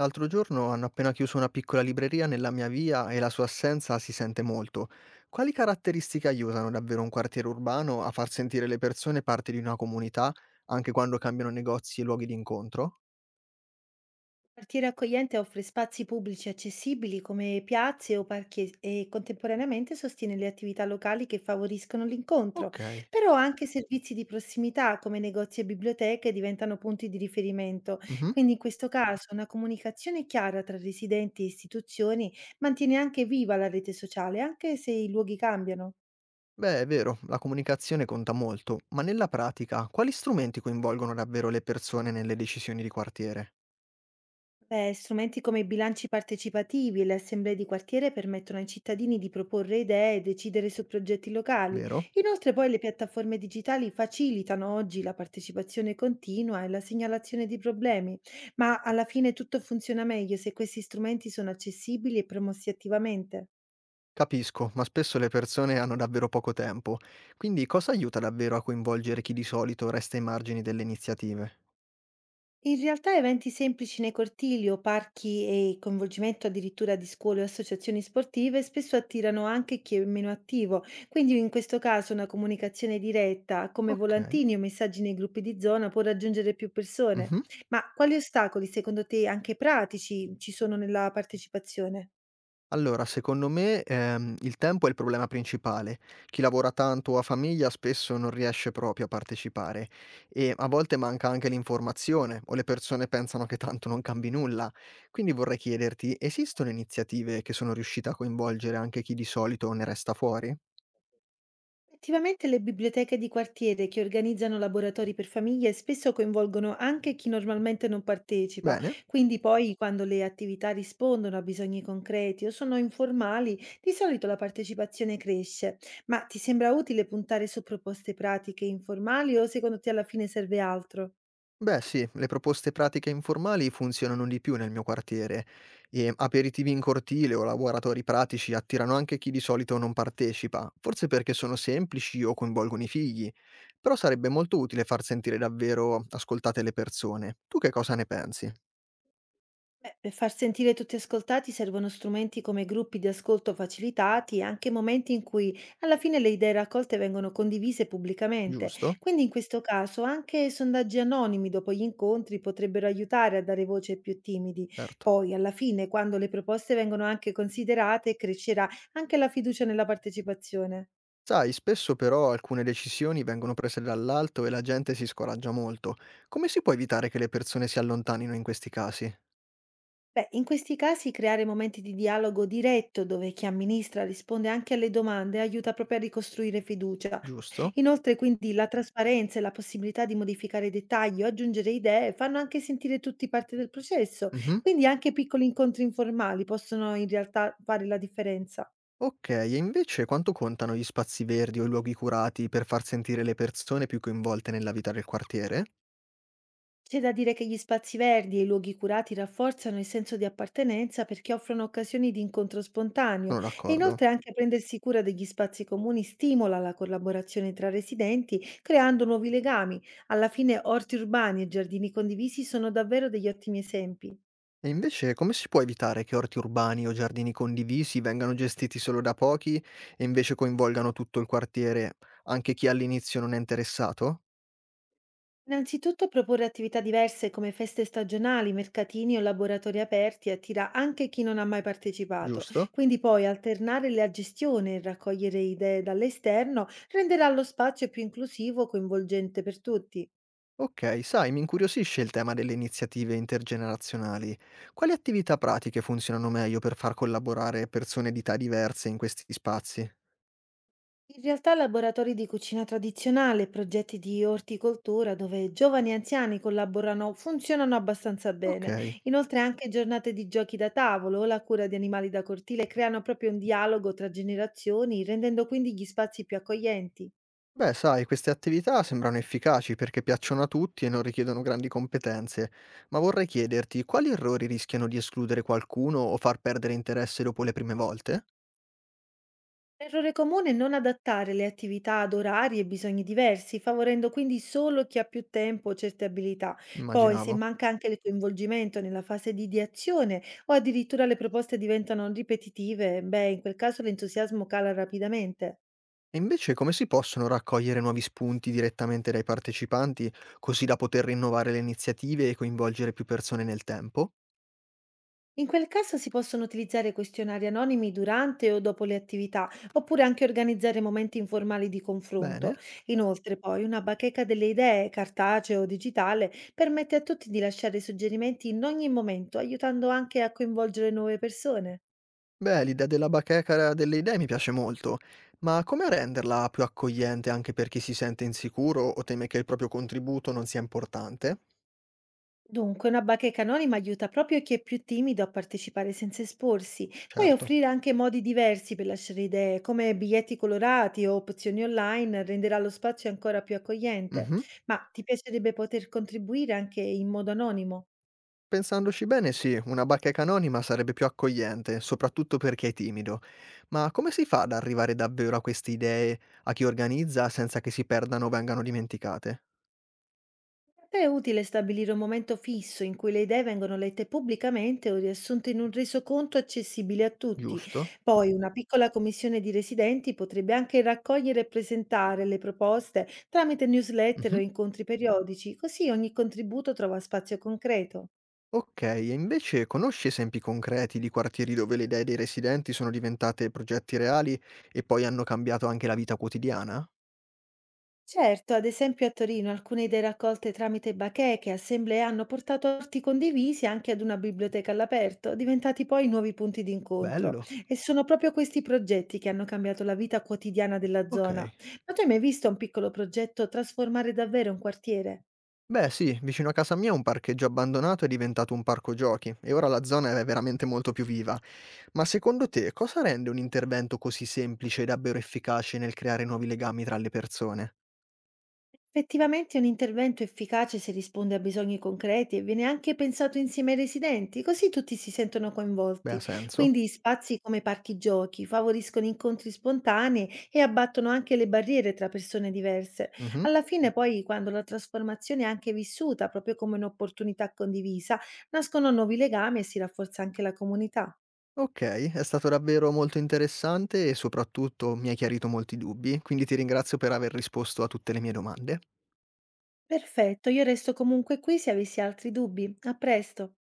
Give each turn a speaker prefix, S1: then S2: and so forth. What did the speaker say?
S1: L'altro giorno hanno appena chiuso una piccola libreria nella mia via e la sua assenza si sente molto. Quali caratteristiche aiutano davvero un quartiere urbano a far sentire le persone parte di una comunità, anche quando cambiano negozi e luoghi di incontro?
S2: Partire Accogliente offre spazi pubblici accessibili come piazze o parchi e contemporaneamente sostiene le attività locali che favoriscono l'incontro,
S1: Ok.
S2: però anche servizi di prossimità come negozi e biblioteche diventano punti di riferimento,
S1: Mhm.
S2: quindi in questo caso una comunicazione chiara tra residenti e istituzioni mantiene anche viva la rete sociale, anche se i luoghi cambiano.
S1: Beh, è vero, la comunicazione conta molto, ma nella pratica quali strumenti coinvolgono davvero le persone nelle decisioni di quartiere?
S2: Beh, strumenti come i bilanci partecipativi e le assemblee di quartiere permettono ai cittadini di proporre idee e decidere su progetti locali.
S1: Vero?
S2: Inoltre poi le piattaforme digitali facilitano oggi la partecipazione continua e la segnalazione di problemi, ma alla fine tutto funziona meglio se questi strumenti sono accessibili e promossi attivamente.
S1: Capisco, ma spesso le persone hanno davvero poco tempo, quindi cosa aiuta davvero a coinvolgere chi di solito resta ai margini delle iniziative?
S2: In realtà eventi semplici nei cortili o parchi e il coinvolgimento addirittura di scuole o associazioni sportive spesso attirano anche chi è meno attivo, quindi in questo caso una comunicazione diretta come
S1: Ok.
S2: volantini o messaggi nei gruppi di zona può raggiungere più persone.
S1: Mhm.
S2: Ma quali ostacoli, secondo te, anche pratici ci sono nella partecipazione?
S1: Allora, secondo me il tempo è il problema principale. Chi lavora tanto o ha famiglia spesso non riesce proprio a partecipare e a volte manca anche l'informazione o le persone pensano che tanto non cambi nulla. Quindi vorrei chiederti, esistono iniziative che sono riuscite a coinvolgere anche chi di solito ne resta fuori?
S2: Effettivamente le biblioteche di quartiere che organizzano laboratori per famiglie spesso coinvolgono anche chi normalmente non partecipa,
S1: Bene.
S2: quindi poi, quando le attività rispondono a bisogni concreti o sono informali, di solito la partecipazione cresce. Ma ti sembra utile puntare su proposte pratiche informali o secondo te alla fine serve altro?
S1: Beh sì, le proposte pratiche informali funzionano di più nel mio quartiere e aperitivi in cortile o laboratori pratici attirano anche chi di solito non partecipa, forse perché sono semplici o coinvolgono i figli, però sarebbe molto utile far sentire davvero ascoltate le persone. Tu che cosa ne pensi?
S2: Beh, per far sentire tutti ascoltati servono strumenti come gruppi di ascolto facilitati e anche momenti in cui alla fine le idee raccolte vengono condivise pubblicamente.
S1: Giusto?
S2: Quindi in questo caso anche sondaggi anonimi dopo gli incontri potrebbero aiutare a dare voce ai più timidi.
S1: Certo.
S2: Poi alla fine, quando le proposte vengono anche considerate, crescerà anche la fiducia nella partecipazione.
S1: Sai, spesso però alcune decisioni vengono prese dall'alto e la gente si scoraggia molto. Come si può evitare che le persone si allontanino in questi casi?
S2: Beh, in questi casi creare momenti di dialogo diretto dove chi amministra risponde anche alle domande aiuta proprio a ricostruire fiducia.
S1: Giusto?
S2: Inoltre, quindi, la trasparenza e la possibilità di modificare dettagli o aggiungere idee fanno anche sentire tutti parte del processo,
S1: Mhm.
S2: quindi anche piccoli incontri informali possono in realtà fare la differenza.
S1: Okay, e invece quanto contano gli spazi verdi o i luoghi curati per far sentire le persone più coinvolte nella vita del quartiere?
S2: C'è da dire che gli spazi verdi e i luoghi curati rafforzano il senso di appartenenza perché offrono occasioni di incontro spontaneo,
S1: Sono
S2: e
S1: d'accordo.
S2: inoltre anche prendersi cura degli spazi comuni stimola la collaborazione tra residenti, creando nuovi legami. Alla fine orti urbani e giardini condivisi sono davvero degli ottimi esempi.
S1: E invece come si può evitare che orti urbani o giardini condivisi vengano gestiti solo da pochi e invece coinvolgano tutto il quartiere, anche chi all'inizio non è interessato?
S2: Innanzitutto proporre attività diverse come feste stagionali, mercatini o laboratori aperti attira anche chi non ha mai partecipato,
S1: Giusto?
S2: quindi poi alternare la gestione e raccogliere idee dall'esterno renderà lo spazio più inclusivo e coinvolgente per tutti.
S1: Ok, sai, mi incuriosisce il tema delle iniziative intergenerazionali. Quali attività pratiche funzionano meglio per far collaborare persone di età diverse in questi spazi?
S2: In realtà laboratori di cucina tradizionale e progetti di orticoltura dove giovani e anziani collaborano funzionano abbastanza
S1: Ok.
S2: bene. Inoltre anche giornate di giochi da tavolo o la cura di animali da cortile creano proprio un dialogo tra generazioni, rendendo quindi gli spazi più accoglienti.
S1: Beh, sai, queste attività sembrano efficaci perché piacciono a tutti e non richiedono grandi competenze, ma vorrei chiederti quali errori rischiano di escludere qualcuno o far perdere interesse dopo le prime volte?
S2: Errore comune è non adattare le attività ad orari e bisogni diversi, favorendo quindi solo chi ha più tempo o certe abilità. Poi, se
S1: Immaginavo.
S2: manca anche il coinvolgimento nella fase di azione o addirittura le proposte diventano ripetitive, beh, in quel caso l'entusiasmo cala rapidamente.
S1: E invece come si possono raccogliere nuovi spunti direttamente dai partecipanti, così da poter rinnovare le iniziative e coinvolgere più persone nel tempo?
S2: In quel caso si possono utilizzare questionari anonimi durante o dopo le attività, oppure anche organizzare momenti informali di confronto.
S1: Bene.
S2: Inoltre, poi, una bacheca delle idee, cartaceo o digitale, permette a tutti di lasciare suggerimenti in ogni momento, aiutando anche a coinvolgere nuove persone.
S1: Beh, l'idea della bacheca delle idee mi piace molto, ma come renderla più accogliente anche per chi si sente insicuro o teme che il proprio contributo non sia importante?
S2: Dunque, una bacheca anonima aiuta proprio chi è più timido a partecipare senza esporsi. Puoi
S1: Certo.
S2: offrire anche modi diversi per lasciare idee, come biglietti colorati o opzioni online; renderà lo spazio ancora più accogliente.
S1: Mhm.
S2: Ma ti piacerebbe poter contribuire anche in modo anonimo?
S1: Pensandoci bene, sì, una bacheca anonima sarebbe più accogliente, soprattutto per chi è timido. Ma come si fa ad arrivare davvero a queste idee a chi organizza senza che si perdano o vengano dimenticate?
S2: Per te è utile stabilire un momento fisso in cui le idee vengono lette pubblicamente o riassunte in un resoconto accessibile a tutti.
S1: Giusto?
S2: Poi una piccola commissione di residenti potrebbe anche raccogliere e presentare le proposte tramite newsletter o
S1: Mhm.
S2: incontri periodici, così ogni contributo trova spazio concreto.
S1: Okay, e invece conosci esempi concreti di quartieri dove le idee dei residenti sono diventate progetti reali e poi hanno cambiato anche la vita quotidiana?
S2: Certo, ad esempio a Torino alcune idee raccolte tramite bacheche e assemblee hanno portato arti condivisi anche ad una biblioteca all'aperto, diventati poi nuovi punti di incontro.
S1: Bello.
S2: E sono proprio questi progetti che hanno cambiato la vita quotidiana della zona.
S1: Okay.
S2: Ma tu hai mai visto un piccolo progetto trasformare davvero un quartiere?
S1: Beh sì, vicino a casa mia un parcheggio abbandonato è diventato un parco giochi e ora la zona è veramente molto più viva. Ma secondo te cosa rende un intervento così semplice e davvero efficace nel creare nuovi legami tra le persone?
S2: Effettivamente un intervento efficace se risponde a bisogni concreti e viene anche pensato insieme ai residenti, così tutti si sentono
S1: Beh, ha
S2: coinvolti.
S1: senso.
S2: Quindi spazi come parchi giochi favoriscono incontri spontanei e abbattono anche le barriere tra persone diverse.
S1: Mh-mh.
S2: Alla fine poi, quando la trasformazione è anche vissuta proprio come un'opportunità condivisa, nascono nuovi legami e si rafforza anche la comunità.
S1: Okay, è stato davvero molto interessante e soprattutto mi hai chiarito molti dubbi, quindi ti ringrazio per aver risposto a tutte le mie domande.
S2: Perfetto, io resto comunque qui se avessi altri dubbi. A presto.